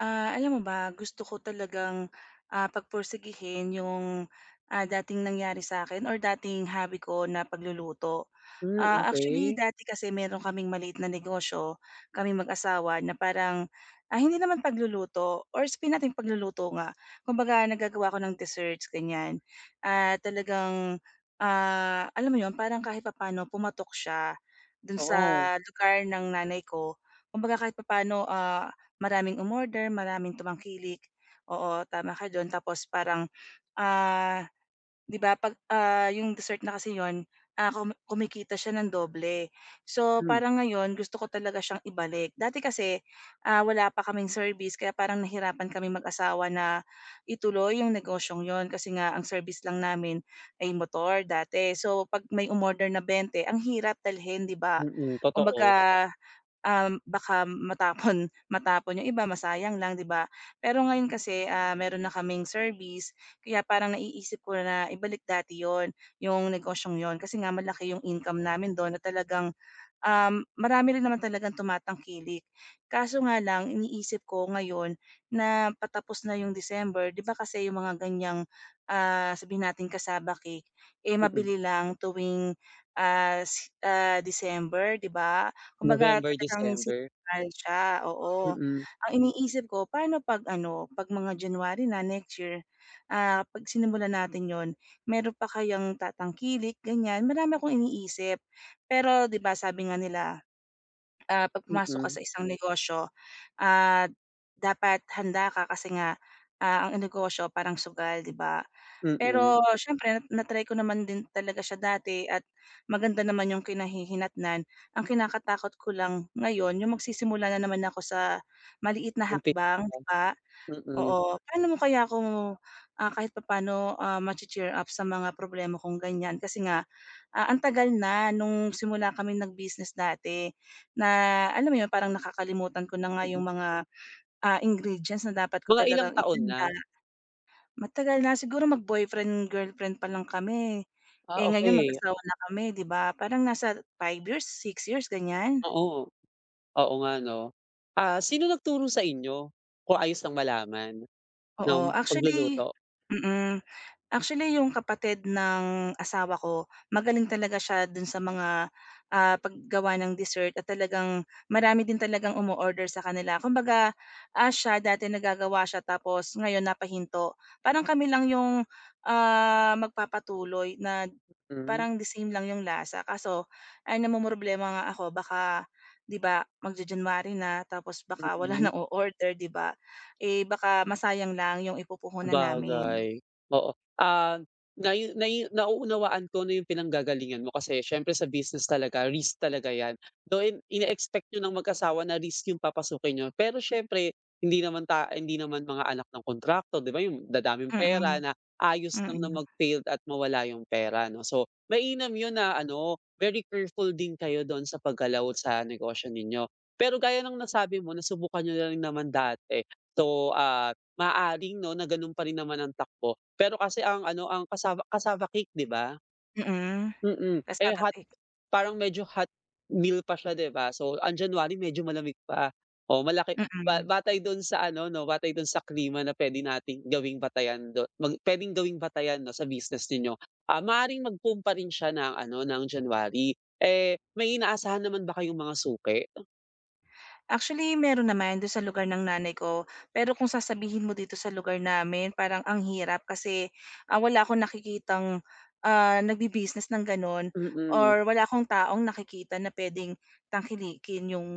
Alam mo ba, gusto ko talagang, pagpursigihin yung, dating nangyari sa akin or dating hobby ko na pagluluto. Hmm, Actually okey. dati kasi meron kaming maliit na negosyo, kami mag-asawa na parang, hindi naman pagluluto or sabihin nating pagluluto nga. Kumbaga naggagawa ako ng desserts ganyan. At talagang, alam mo 'yun parang kahit papaano pumatok siya dun sa Oo. lugar ng nanay ko. Kumbaga kahit papaano, maraming umorder, maraming tumangkilik. Oo, tama ka dun. Tapos parang, ah 'di ba 'pag, yung dessert na kasi yon, kumikita siya ng doble. So, Hmm, parang ngayon gusto ko talaga siyang ibalik. Dati kasi, wala pa kaming service kaya parang nahirapan kami mag-asawa na ituloy yung negosyong yon kasi nga ang service lang namin ay motor dati. So, 'pag may umorder na 20 ang hirap dalhin, 'di ba? mm, totoo. Kumbaga, totoo, baka matapon matapon yung iba, masayang lang, 'di ba? Pero ngayon kasi, meron na kaming service kaya parang naiisip ko na ibalik dati 'yon, yung negosyong 'yon kasi nga malaki yung income namin do'n, at talagang, marami rin naman talagang tumatangkilik. Kaso nga lang iniisip ko ngayon na patapos na yung December, 'di ba, kasi yung mga ganyang, sabihin nating cassava cake, eh, Mm. mabili lang tuwing, si, December, 'di ba? Kumbaga November, talagang December. seasonal siya, oo. Mm, Ang iniisip ko paano 'pag ano, 'pag mga January na next year, 'pag sinimulan natin 'yon, meron pa kayang tatangkilik, ganyan. Marami akong iniisip. Pero 'di ba sabi nga nila, 'pag pumasok ka mm, sa isang negosyo, ah, dapat handa ka kasi nga, ang negosyo parang sugal, 'di ba? mm. Pero siyempre na-try ko naman din talaga siya dati, at maganda naman yung kinahihinatnan. Ang kinakatakot ko lang ngayon yung magsisimula na naman ako sa maliit na hakbang, Umpisa. 'di ba? Mm, Oo, paano mo kaya ako, kahit papaano, mache-cheer up sa mga problema kong ganyan kasi nga. Ang tagal na nung simula kami nag-business dati, na alam mo yun, parang nakakalimutan ko na nga mm. yung mga, ingredients na dapat ko Mga ilang talagang taon na? ihanda. Matagal na, siguro mag-boyfriend, girlfriend pa lang kami. Ah, Eh, ngayon okey. mag-asawa na kami, 'di ba? Parang nasa five years, six years, ganyan. Oo. Oo nga 'no. Ah, sino nagturo sa inyo? Kung ayos lang malaman ng Oo, actually, pagluluto? mm. Actually, yung kapatid ng asawa ko, magaling talaga siya dun sa mga, paggawa ng dessert, at talagang marami din talagang umo-order sa kanila. Kumbaga, siya dati nagagawa siya tapos ngayon napahinto. Parang kami lang yung, magpapatuloy na Hmm, parang the same lang yung lasa. Kaso ay namomroblema nga ako, baka, 'di ba, magja-January na tapos baka wala mm. nang o-order, 'di ba? Eh, baka masayang lang yung ipupuhunan namin. Sabagay, oo. Ah, nayu nayu nauunawaan ko na yung pinanggagalingan mo kasi siyempre sa business talaga risk talaga 'yan. Though ine-expect niyo ng mag-asawa na risk yung papasukin niyo, pero siyempre hindi naman mga anak ng kontrakto, 'di ba, yung dadaming pera Mm. na ayos lang na Mm, mag-failed at mawala yung pera 'no. So, mainam yun na ano, very careful din kayo doon sa paggalaw sa negosyo ninyo. Pero gaya ng nasabi mo nasubukan niyo na rin naman dati. So, ah, maaaring 'no, na gano'n pa rin naman ang takbo. Pero kasi ang ano, ang cassava cassava cake, 'di ba? mm. Mm, eh, Cassava hot cake. parang medyo hot meal pa siya, 'di ba? So, ang January medyo malamig pa. Oh, malaki ba Mm. batay do'n sa ano 'no, batay do'n sa klima na puwede nating gawing batayan do mag puwedeng gawing batayan 'no, sa business ninyo. Ah, maaaring magpumpa rin siya ng ano, ng January. Eh, may inaasahan naman ba kayong mga suki? Actually, meron naman do'n sa lugar ng nanay ko, pero kung sasabihin mo dito sa lugar namin parang ang hirap kasi, wala akong nakikitang, nagbi-business ng gano'n, Mm. or wala akong taong nakikita na puwedeng tangkilikin yung,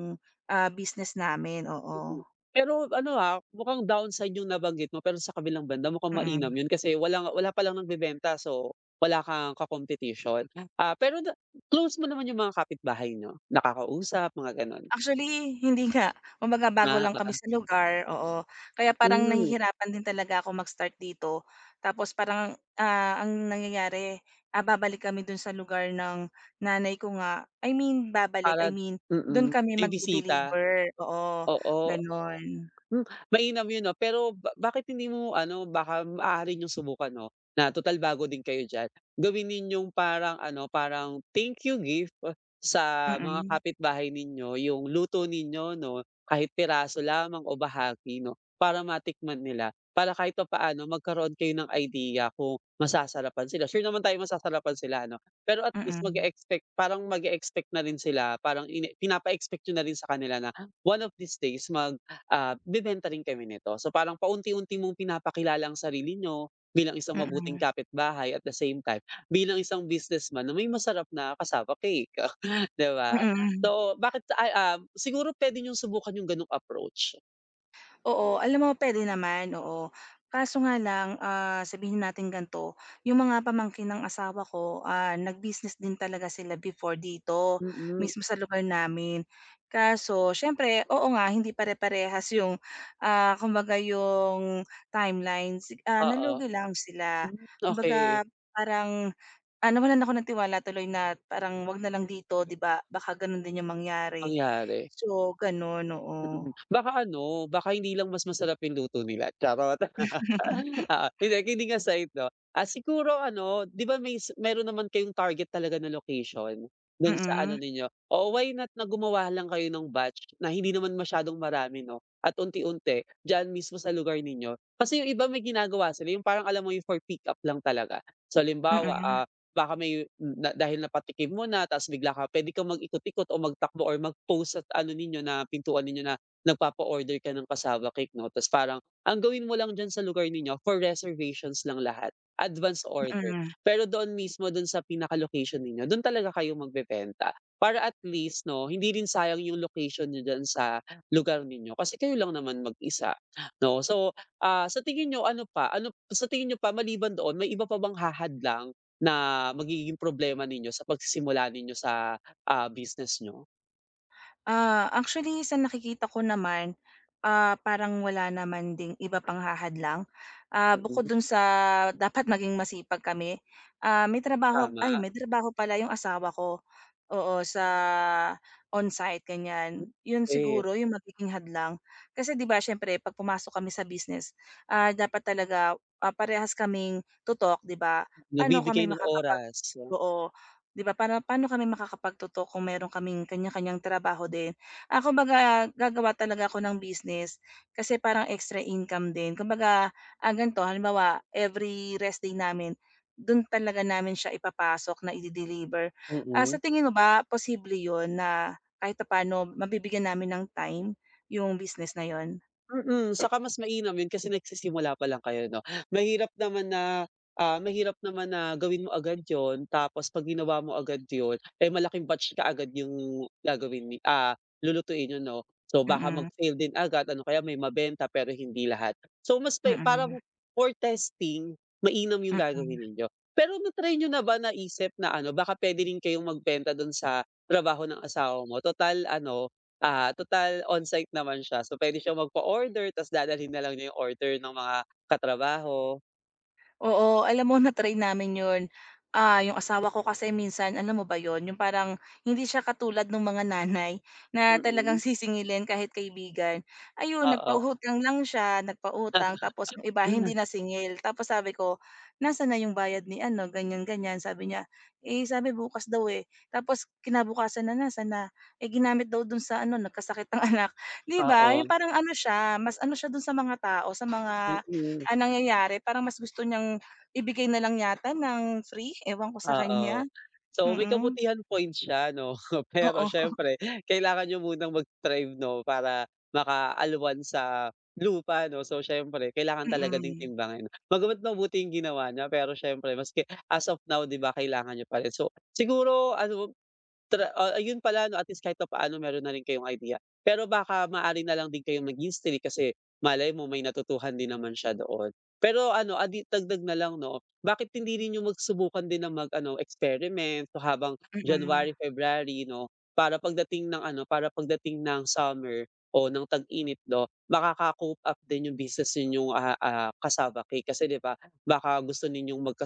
business namin, Mm. oo, Pero ano, ah, mukhang downside yung nabanggit mo pero sa kabilang banda mukhang mainam mm. yun kasi wala pa lang nagbebenta, so wala kang ka-competition. Ah, pero close mo naman yung mga kapitbahay niyo? Nakakausap, mga gano'n? Actually, hindi nga. Kumbaga bago Ah, lang kami oo. sa lugar, oo. Kaya parang Hmm, nahihirapan din talaga ako mag-start dito. Tapos parang, ang nangyayari, babalik kami dun sa lugar ng nanay ko nga. I mean babalik, para I mean dun mm, kami bibisita, magde-deliver, oo, oo. gano'n. Hmm, mainam yun 'no, pero bakit hindi mo ano, baka maaari niyong subukan 'no, na total bago din kayo diyan, gawin ninyong parang ano, parang thank you gift, sa mga Mm, kapitbahay ninyo yung luto ninyo 'no, kahit piraso lamang o bahagi 'no, para matikman nila. Para kahit papaano magkaroon kayo ng idea kung masasarapan sila, sure naman tayong masasarapan sila 'no, pero at least mag mm, expect parang mag expect na rin sila, parang pinapa-expect niyo na rin sa kanila na one of these days bebenta rin kami nito. So, parang paunti-unti mong pinapakilala ang sarili niyo bilang isang mabuting mm, kapitbahay at the same time, bilang isang businessman na may masarap na cassava cake, 'di ba? mm, mm. So, siguro pwede niyong subukan yung gano'ng approach. Oo, alam mo puwede naman, oo. Kaso nga lang, sabihin natin ganito, yung mga pamangkin ng asawa ko, nag-business din talaga sila before dito, Mm, mismo sa lugar namin. Kaso siyempre, oo nga, hindi pare-parehas yung, kumbaga yung timeline. Si, oo. nalugi lang sila. Hmm, okay, Kumbaga parang, nawalan ako ng tiwala tuloy na parang, "Wag na lang dito," 'di ba? Baka gano'n din yung mangyari. nangyari. So gano'n, oo. Mm. Baka ano, baka hindi lang mas masarap yung luto nila, charot. Oo, hindi kidding aside 'no, ah, siguro ano, 'di ba may meron naman kayong target talaga na location Mm. do'n sa ano Mm. ninyo? Oo, why not na gumawa lang kayo ng batch na hindi naman masyadong marami 'no, at unti-unti diyan mismo sa lugar ninyo. Kasi yung iba may ginagawa sila yung parang alam mo yung for pick up lang talaga. So limbawa, Mm, baka may na dahil napatikim mo na tapos bigla ka puwede kang mag-ikot-ikot o magtakbo or mag-post at ano ninyo na pintuan ninyo na nagpapa-order ka ng cassava cake 'no, tapos parang ang gawin mo lang diyan sa lugar ninyo for reservations lang lahat, advance order. mm. Pero doon mismo do'n sa pinaka-location ninyo, do'n talaga kayo magbebenta. Para at least 'no, hindi rin sayang yung location niyo dyan sa lugar ninyo kasi kayo lang naman mag-isa 'no. So, ah, sa tingin niyo ano sa tingin niyo pa maliban doon may iba pa bang hahadlang na magiging problema ninyo sa pagsisimula ninyo sa, ah, business nyo? Actually sa nakikita ko naman, parang wala naman ding iba pang hahadlang. Bukod Mm, dun sa dapat maging masipag kami, may trabaho tama. ay may trabaho pala yung asawa ko, oo, sa on-site Hmm, ganyan. Yun eh, siguro yung magiging hadlang. Kasi 'di ba syempre 'pag pumasok kami sa business, dapat talaga, parehas kaming tutok, 'di ba? Paano kami nagbibigay ng makakapag, oras, oo. 'Di ba, para paano kami makakapagtotoo kung meron kaming kanya-kanyang trabaho din. Kumbaga gagawa talaga ako ng business kasi parang extra income din. Kumbaga, ganito halimbawa every rest day namin, dun talaga namin siya ipapasok na ide-deliver. Sa mm. tingin mo ba posible yun na kahit paano mabibigyan namin ng time yung business na yun? Mm, saka mas mainam yun kasi nagsisimula pa lang kayo 'no. Mahirap naman na gawin mo agad yon tapos 'pag ginawa mo agad yon, eh, malaking batch ka agad yung gagawin lulutuin niyo 'no. So, baka Mm, mag-fail din agad ano kaya may mabenta pero hindi lahat. So, mas mm, pe parang mm. for testing, mainam yung gagawin Mm. ninyo. Pero na-try niyo na ba naisip na ano, baka puwede rin kayong magbenta dun sa trabaho ng asawa mo, total ano. Total on-site naman siya so pwede siyang magpa-order ta's dadalhin na lang niya yung order ng mga katrabaho, Oo, alam mo na-try namin 'yun. Yung asawa ko kasi minsan alam mo ba yon yung parang hindi siya katulad ng mga nanay na mm, talagang sisingilin kahit kaibigan. Ayun, oo. nagpautang lang siya, nagpautang tapos yung iba hindi na singil. Tapos sabi ko, "Nasaan na yung bayad ni ano?" ganyan, ganyan. Sabi niya, "Eh, sabi bukas daw, eh." Tapos kinabukasan na, nasaan na? Eh, ginamit daw dun sa ano, nagkasakit ang anak. 'Di ba, Oo, yung parang ano siya, mas ano siya dun sa mga tao, sa mga, mm, ang nangyayari parang mas gusto niyang ibigay na lang yata ng free, ewan ko sa oo. kanya. So may Mm, kabutihan point siya 'no, pero oo, siyempre kailangan niyo munang mag-thrive 'no para makaalwan sa lupa 'no, so siyempre kailangan talaga ding mm, timbangin. Bagama't mabuti yung ginawa niya pero siyempre maski as of now, 'di ba, kailangan niya pa rin. So siguro ano. Ayun pala 'no, at least kahit papaano meron na rin kayong idea. Pero baka maaari na lang din kayong mag-history kasi malay mo may natutuhan din naman siya doon. Pero ano, ah, di dagdag na lang 'no, bakit hindi rin niyo magsubukan din na mag-ano, experiment so habang mm, January, February 'no, para pagdating ng ano, para pagdating ng summer o ng tag-init 'no, makaka-cope up din yung business ninyong, ah, ah, cassava cake. Kasi 'di ba, baka gusto ninyong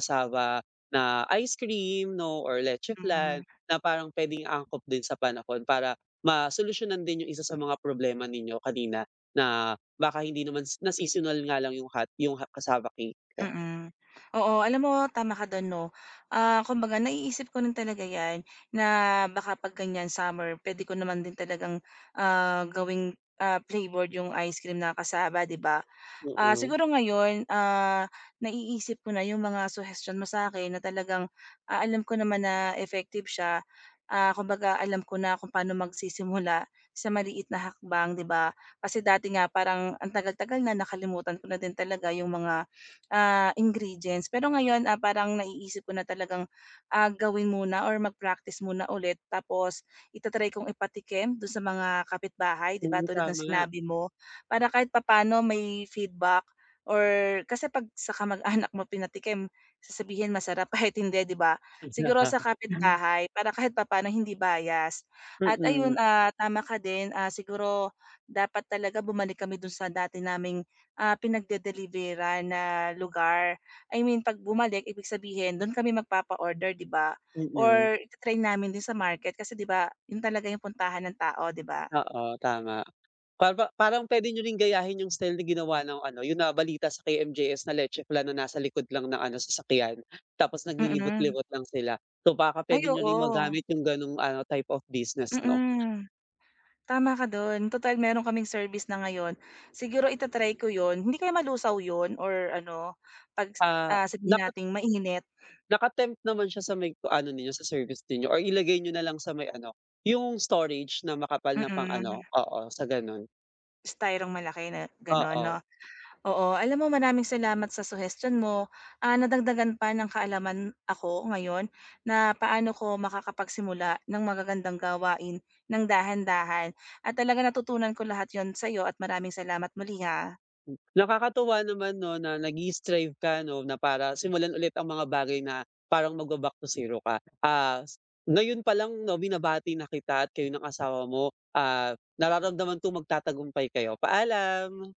na ice cream 'no or leche flan. mm, Na parang puwedeng angkop din sa panahon para masolusyunan din yung isa sa mga problema ninyo kanina na baka hindi naman na seasonal nga lang yung hot yung cassava cake. mm. Oo, alam mo tama ka dun, 'no. Kumbaga naiisip ko rin talaga 'yan na baka 'pag ganyan summer puwede ko naman din talagang, gawing, flavored yung ice cream na cassava, 'di ba? Mm, Siguro ngayon, naiisip ko na yung mga suggestion mo sa'kin na talagang, alam ko naman na effective siya. Kumbaga alam ko na kung paano magsisimula sa maliit na hakbang, 'di ba? Kasi dati nga parang ang tagal-tagal na, nakalimutan ko na din talaga yung mga, ingredients. Pero ngayon, parang naiisip ko na talagang, gawin muna or mag-practice muna ulit tapos ita-try kong ipatikim dun sa mga kapitbahay, 'di ba, mm, tulad ng tama. sinabi mo. Para kahit papaano may feedback, or kasi 'pag sa kamag-anak mo pinatikim, sasabihin masarap kahit hindi, 'di ba? Siguro sa kapitbahay para kahit papaano hindi bias. At Mm, ayun, tama ka din, siguro dapat talaga bumalik kami dun sa dati naming, pinagde-deliveran na lugar. I mean 'pag bumalik ibig sabihin dun kami magpapa-order, 'di ba? mm. Or ita namin din sa market kasi 'di ba, yun talaga yung puntahan ng tao, 'di ba? Oo, tama. Para parang puwede niyo ring gayahin yung style na ginawa ng ano, yun na balita sa KMJS na Leche Flan na nasa likod lang ng ano, sasakyan tapos Mm. naglilibot-libot lang sila. So, baka Ay, pwede nyo rin oo. magamit yung gano'ng ano, type of business 'no. Mm, tama ka dun, total meron kaming service na ngayon. Siguro itatry ko yon. Hindi kaya malusaw yon or ano 'pag, Ah, sabihin napa nating mainit, naka naman siya sa may ano ninyo, sa service ninyo or ilagay niyo na lang sa may ano, yung storage na makapal mm, na pang ano, mm. oo, sa gano'n. Styro'ng malaki na gano'n, Oo, 'no. Oo, alam mo maraming salamat sa suggestion mo, nadagdagan pa ng kaalaman ako ngayon na paano ko makakapagsimula ng magagandang gawain ng dahan-dahan, at talaga natutunan ko lahat yon sa'yo at maraming salamat muli, ha. nakakatuwa naman 'no na nag-i-strive ka 'no na para simulan ulit ang mga bagay na parang magba-back to zero ka. Ah, ngayon pa lang 'no, binabati na kita at kayo ng asawa mo, ah, nararamdaman kong magtatagumpay kayo. Paalam.